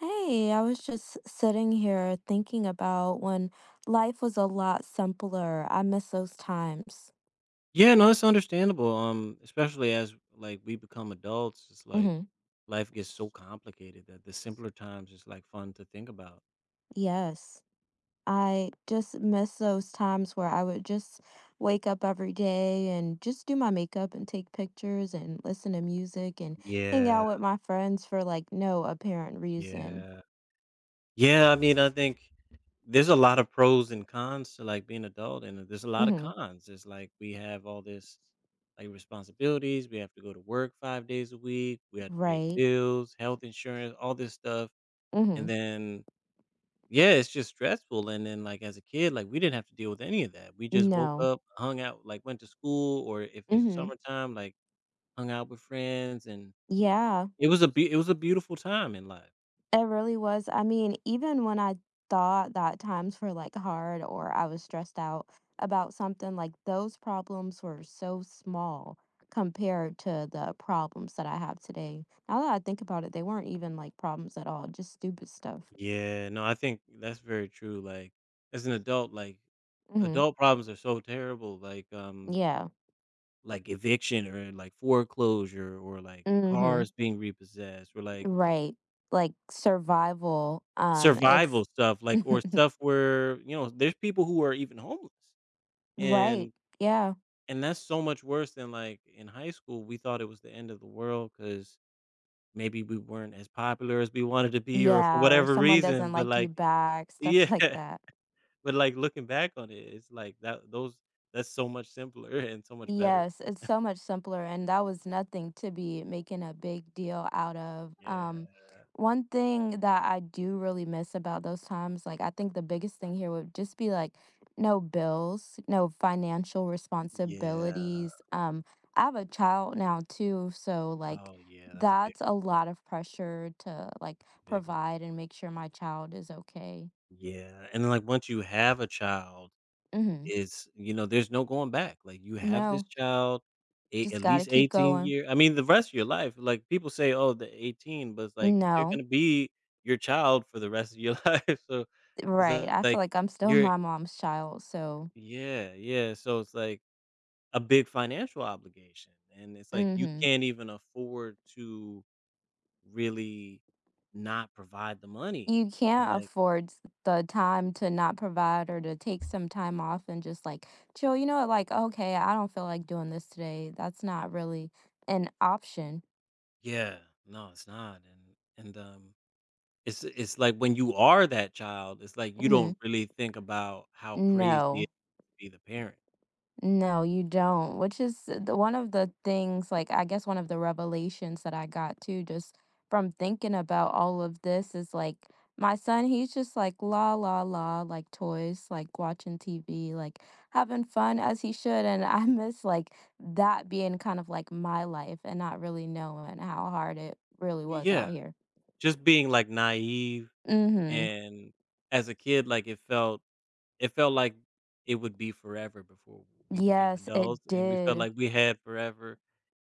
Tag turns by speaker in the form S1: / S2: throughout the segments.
S1: Hey, I was just sitting here thinking about when life was a lot simpler. I miss those times.
S2: Yeah, no, it's understandable. Especially as like we become adults, it's like
S1: hmm
S2: life gets so complicated that the simpler times is like fun to think about.
S1: Yes. I just miss those times where I would just wake up every day and just do my makeup and take pictures and listen to music and hang
S2: Yeah.
S1: out with my friends for like no apparent reason.
S2: Yeah. Yeah, I mean, I think there's a lot of pros and cons to like being adult, and there's a lot of
S1: hmm
S2: cons. It's like we have all this like responsibilities. We have to go to work 5 days a week. We have to pay
S1: Right.
S2: bills, health insurance, all this stuff,
S1: hmm
S2: and then yeah, it's just stressful, and then, like, as a kid, like, we didn't have to deal with any of that. We just woke
S1: No.
S2: up, hung out, like, went to school, or if it's
S1: hmm
S2: summertime, like, hung out with friends, and
S1: Yeah.
S2: it was a beautiful time in life.
S1: It really was. I mean, even when I thought that times were, like, hard or I was stressed out about something, like, those problems were so small compared to the problems that I have today. Now that I think about it, they weren't even, like, problems at all, just stupid stuff.
S2: Yeah, no, I think that's very true, like, as an adult, like,
S1: Mhm.
S2: adult problems are so terrible,
S1: Yeah.
S2: like eviction or, like, foreclosure or, like,
S1: Mhm.
S2: cars being repossessed or, like,
S1: Right. Like, survival, it's
S2: survival stuff, like, or stuff where, there's people who are even homeless
S1: Right.
S2: and
S1: Yeah.
S2: And that's so much worse than like in high school, we thought it was the end of the world because maybe we weren't as popular as we wanted to be or for
S1: Yeah, or
S2: whatever
S1: someone
S2: reason.
S1: doesn't
S2: But
S1: like you
S2: like,
S1: back, stuff
S2: yeah,
S1: like that.
S2: but like looking back on it, it's like that's so much simpler and so much better.
S1: Yes, it's so much simpler, and that was nothing to be making a big deal out of.
S2: Yeah.
S1: One thing that I do really miss about those times, like I think the biggest thing here would just be like no bills, no financial
S2: Yeah.
S1: responsibilities. I have a child now too, so like
S2: Oh yeah,
S1: that's a lot of pressure to like
S2: that's a big one.
S1: provide and make sure my child is okay.
S2: Yeah. And then like once you have a child
S1: Mm-hmm.
S2: is there's no going back, like, you have this
S1: No,
S2: child, eight
S1: just
S2: at
S1: gotta
S2: least
S1: keep
S2: 18
S1: going.
S2: year I mean, the rest of your life, like, people say, "Oh, the 18," but it's like, they're
S1: No.
S2: gonna be your child for the rest of your life, so it's
S1: Right,
S2: li-
S1: I feel
S2: like,
S1: like I'm still
S2: you're
S1: my mom's child, so
S2: yeah, so it's like a big financial obligation, and it's like, you
S1: mhm.
S2: can't even afford to really not provide the money,
S1: You
S2: and,
S1: can't
S2: like
S1: afford s the time to not provide or to take some time off and just, like, chill, you know what, like, "Okay, I don't feel like doing this today." That's not really an option.
S2: yeah, no, it's not, and, it's like when you are that child, it's like you
S1: Mhm.
S2: don't really think about how crazy it is
S1: No.
S2: to be the parent.
S1: No, you don't, which is the one of the things, like, I guess one of the revelations that I got too, just from thinking about all of this is like my son, he's just like la la la, like toys, like watching TV, like having fun as he should. And I miss like that being kind of like my life and not really knowing how hard it really was out
S2: Yeah,
S1: here.
S2: just being, like, naive
S1: Mm-hmm.
S2: and as a kid, like, it felt like it would be forever before we became
S1: Yes, it
S2: adults, and we felt
S1: did.
S2: like we had forever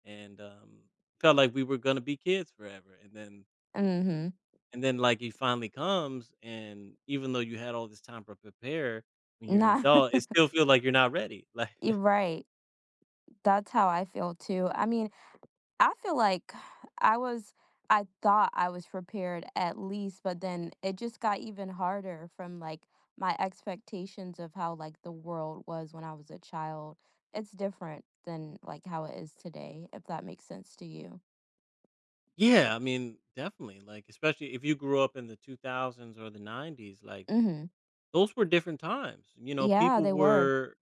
S2: and, felt like we were gonna be kids forever,
S1: Mm-hmm.
S2: and then, like, it finally comes, and even though you had all this time to prepare, when you're an
S1: Not,
S2: adult, it still feels like you're not ready, like
S1: you're right. That's how I feel too. I mean, I feel like I was I thought I was prepared at least, but then it just got even harder from like my expectations of how like the world was when I was a child. It's different than like how it is today, if that makes sense to you.
S2: yeah, I mean, definitely. Like, especially if you grew up in the 2000s or the 90s, like
S1: Mhm.
S2: those were different times. You know,
S1: Yeah,
S2: people
S1: they were.
S2: were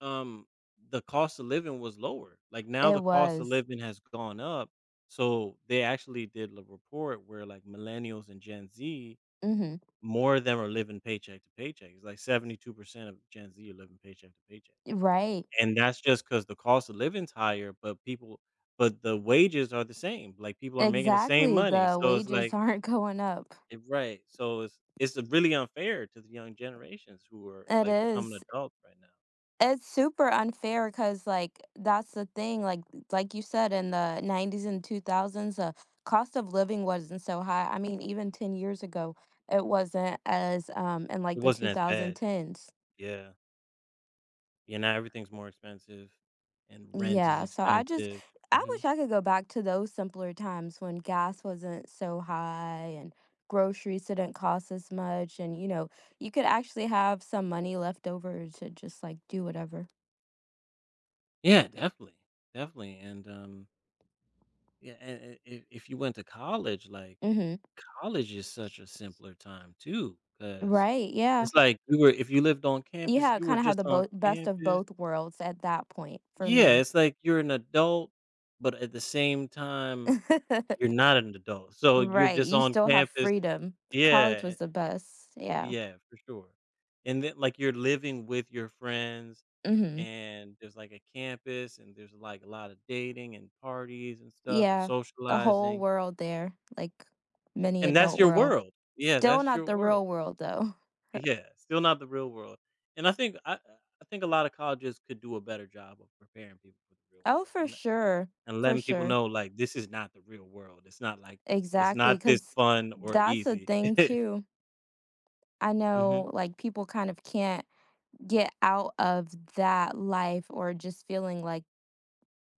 S2: um the cost of living was lower. Like now
S1: It
S2: the cost of
S1: was.
S2: living has gone up. So they actually did a report where like millennials and Gen Z,
S1: Mhm.
S2: more of them are living paycheck to paycheck. It's like 72% of Gen Z are living paycheck to paycheck.
S1: Right.
S2: And that's just because the cost of living's higher, but people but the wages are the same. Like people are making the same
S1: Exactly.
S2: money.
S1: The
S2: So it's
S1: wages
S2: like
S1: aren't going up.
S2: Right, so it's really unfair to the young generations who are,
S1: It
S2: like, becoming
S1: is.
S2: adults right now.
S1: It's super unfair, cause like, that's the thing, like you said, in the '90s and 2000s, the cost of living wasn't so high. I mean, even 10 years ago, it wasn't as, in,
S2: It
S1: like, the
S2: wasn't as bad.
S1: 2010s.
S2: Yeah. Yeah, now everything's more expensive, and rent is
S1: Yeah, so I just
S2: expensive.
S1: I wish
S2: Mhm.
S1: I could go back to those simpler times when gas wasn't so high and groceries didn't cost as much and, you know, you could actually have some money left over to just, like, do whatever.
S2: Yeah, definitely, definitely, and, yeah, and if you went to college, like,
S1: Mhm.
S2: college is such a simpler time too, because
S1: Right, yeah.
S2: it's like you were if you lived on
S1: You
S2: campus,
S1: have
S2: you were
S1: kinda have
S2: just
S1: the
S2: on
S1: both best of
S2: campus.
S1: both worlds at that point for
S2: Yeah,
S1: me.
S2: it's like you're an adult, but at the same time you're not an adult, so you're
S1: Right,
S2: just
S1: you
S2: on
S1: still have
S2: campus.
S1: freedom. College
S2: Yeah,
S1: was the best, yeah.
S2: yeah, for sure, and then, like, you're living with your friends,
S1: Mhm.
S2: and there's, like, a campus, and there's, like, a lot of dating and parties and stuff and
S1: Yeah, the whole
S2: socializing,
S1: world there, like, mini
S2: and that's
S1: adult
S2: your
S1: world.
S2: world. Yeah,
S1: Still
S2: that's
S1: not
S2: your
S1: the
S2: world.
S1: real world, though.
S2: Yeah, still not the real world, and I think a lot of colleges could do a better job of preparing people for the real
S1: Oh,
S2: world
S1: for sure,
S2: and
S1: for
S2: letting people
S1: sure.
S2: know, like, this is not the real world. It's not like this. It's
S1: Exactly.
S2: not this
S1: Cause
S2: fun or
S1: that's a
S2: easy.
S1: thing too. I
S2: Mhm.
S1: know, like, people kind of can't get out of that life or just feeling like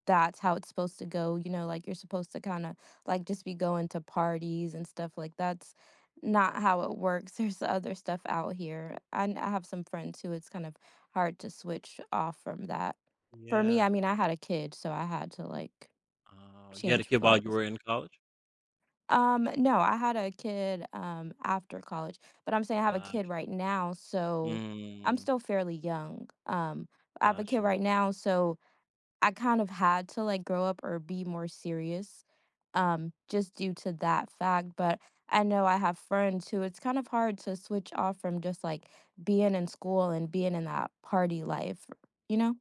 S1: that's how it's supposed to go, you know, like, you're supposed to kinda, like, just be going to parties and stuff, like, that's not how it works, there's other stuff out here, and I have some friends who it's kind of hard to switch off from that. For me, I
S2: Yeah.
S1: mean, I had a kid, so I had to, like,
S2: Oh, you had a
S1: change
S2: kid while you
S1: regardless.
S2: were in college?
S1: No, I had a kid, after college, but I'm saying I have a
S2: Got
S1: kid
S2: you.
S1: right now, so I'm
S2: Mm,
S1: still fairly young, I have a
S2: got
S1: kid
S2: you.
S1: right now, so I kind of had to like grow up or be more serious just due to that fact but I know I have friends who it's kind of hard to switch off from just like being in school and being in that party life, you know,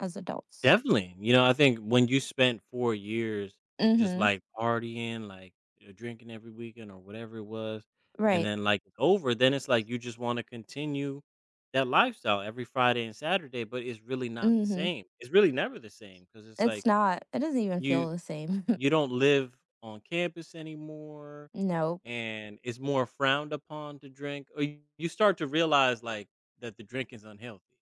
S1: as adults.
S2: Definitely. You know, I think when you spent 4 years just,
S1: Mhm.
S2: like, partying, like, drinking every weekend or whatever it was, and
S1: Right.
S2: then, like, it's over, then it's like you just wanna continue that lifestyle every Friday and Saturday, but it's really not the
S1: Mhm.
S2: same. It's really never the same because it's
S1: It's
S2: like
S1: not it doesn't even
S2: you
S1: feel the same.
S2: you don't live on campus anymore
S1: No.
S2: and it's more frowned upon to drink or you start to realize like that the drink is unhealthy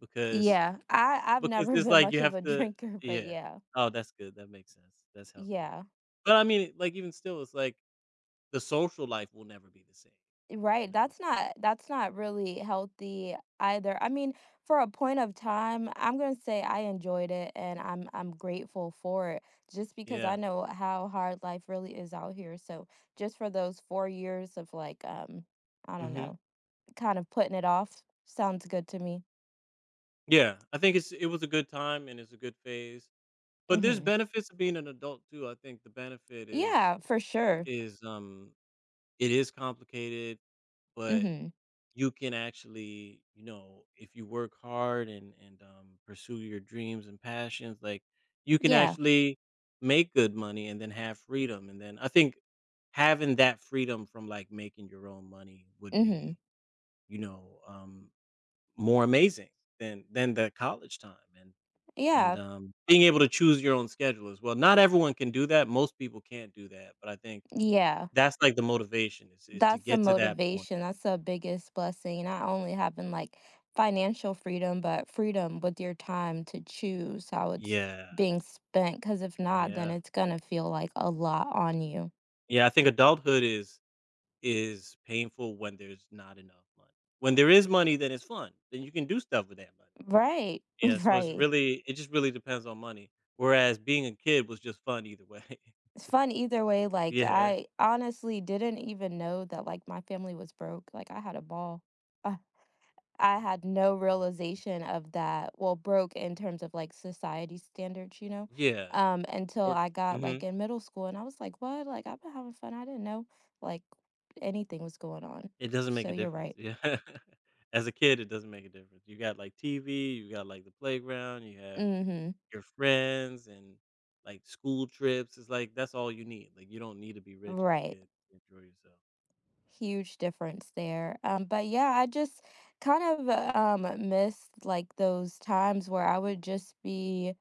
S2: because
S1: Yeah. I I've
S2: because
S1: never
S2: it's
S1: been
S2: like you
S1: much of
S2: have
S1: a
S2: to
S1: drinker, but
S2: yeah,
S1: yeah.
S2: oh that's good, that makes sense, that's healthy,
S1: Yeah.
S2: but I mean like even still it's like the social life will never be the same,
S1: Right,
S2: you know.
S1: that's not really healthy either. I mean, for a point of time, I'm gonna say I enjoyed it and I'm grateful for it just because
S2: Yeah.
S1: I know how hard life really is out here. So just for those 4 years of like I don't
S2: Hmm,
S1: know, kind of putting it off sounds good to me.
S2: yeah, I think it was a good time and it's a good phase, but there's
S1: Mm-hmm.
S2: benefits of being an adult too. I think the benefit
S1: Yeah, for sure.
S2: is it is complicated, but
S1: Mm-hmm.
S2: you can actually, you know, if you work hard and pursue your dreams and passions, like you can
S1: Yeah.
S2: actually make good money and then have freedom. And then I think having that freedom from like making your own money would
S1: Mm-hmm.
S2: be, you know, more amazing than the college time and and
S1: Yeah.
S2: um, being able to choose your own schedule as well. Not everyone can do that. Most people can't do that, but I think
S1: Yeah.
S2: that's like the motivation is to
S1: That's the
S2: get to that point.
S1: motivation. That's the biggest blessing. Not only having like financial freedom, but freedom with your time to choose how it's
S2: Yeah,
S1: being spent. Because if not, then
S2: yeah.
S1: it's going to feel like a lot on you.
S2: Yeah, I think adulthood is painful when there's not enough money. When there is money, then it's fun. Then you can do stuff with that money.
S1: Right.
S2: Yeah, so
S1: Right.
S2: it just really depends on money. Whereas being a kid was just fun either way.
S1: It's fun either way. Like,
S2: Yeah.
S1: I honestly didn't even know that like my family was broke. Like, I had a ball. I
S2: Yeah.
S1: had no
S2: Mm.
S1: realization of that. Well, broke in terms of like society standards, you know,
S2: Yeah.
S1: until
S2: Or
S1: I got like
S2: mhm.
S1: in middle school and I was like, what? Like, I've been having fun. I didn't know like anything was going on.
S2: It doesn't
S1: So
S2: make a
S1: you're
S2: difference.
S1: right.
S2: Yeah. As a kid, it doesn't make a difference. You got like TV, you got like the playground, you have
S1: Mm-hmm.
S2: your friends and like school trips. It's like that's all you need. Like you don't need to be rich as a
S1: Right.
S2: kid to enjoy yourself.
S1: Huge difference there. But yeah, I just kind of missed like those times where I would just be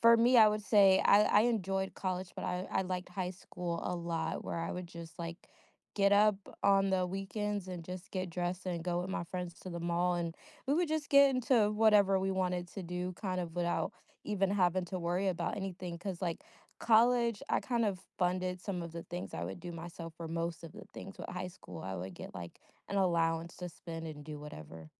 S1: For me, I would say I enjoyed college, but I liked high school a lot, where I would just like get up on the weekends and just get dressed and go with my friends to the mall. And we would just get into whatever we wanted to do, kind of without even having to worry about anything. Because, like, college, I kind of funded some of the things I would do myself, or most of the things. With high school, I would get like an allowance to spend and do whatever.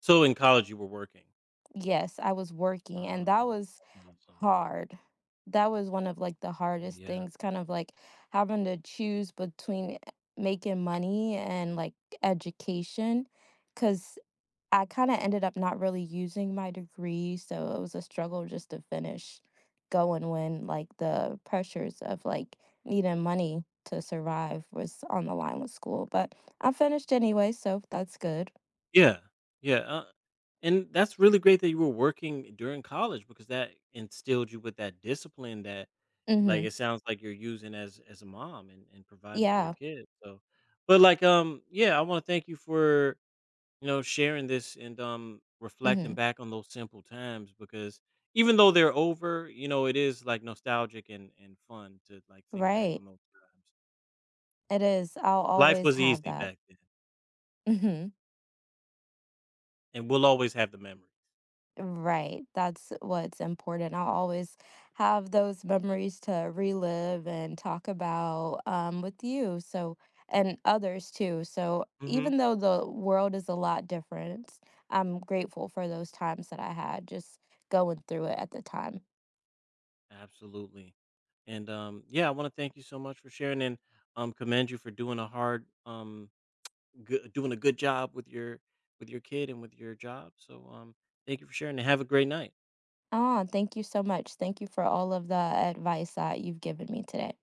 S2: So in college, you were working.
S1: Yes, I was working, and
S2: Oh,
S1: that was
S2: that's awesome.
S1: hard. That was one of like the hardest
S2: Yeah.
S1: things, kind of like having to choose between making money and like education, because I kind of ended up not really using my degree, so it was a struggle just to finish going when like the pressures of like needing money to survive was on the line with school. But I finished anyway, so that's good.
S2: Yeah. Yeah, and that's really great that you were working during college because that instilled you with that discipline that, like,
S1: Mm-hmm.
S2: it sounds like you're using as a mom and providing for your
S1: Yeah.
S2: kids, so but, like, yeah, I wanna thank you for, you know, sharing this and,
S1: Mm-hmm.
S2: reflecting back on those simple times because even though they're over, you know, it is, like, nostalgic and fun to, like, think back
S1: Right.
S2: on those times.
S1: It is. I'll
S2: Life
S1: always
S2: was
S1: have
S2: easy
S1: that.
S2: back then,
S1: Mhm.
S2: and we'll always have the memories.
S1: Right. That's what's important. I'll always have those memories to relive and talk about with you. So, and others too. So,
S2: Mhm.
S1: even though the world is a lot different, I'm grateful for those times that I had just going through it at the time.
S2: Absolutely. And, yeah, I wanna thank you so much for sharing and, commend you for doing a hard, good doing a good job with your kid and with your job. So, thank you for sharing and have a great night.
S1: Oh, thank you so much. Thank you for all of the advice that you've given me today.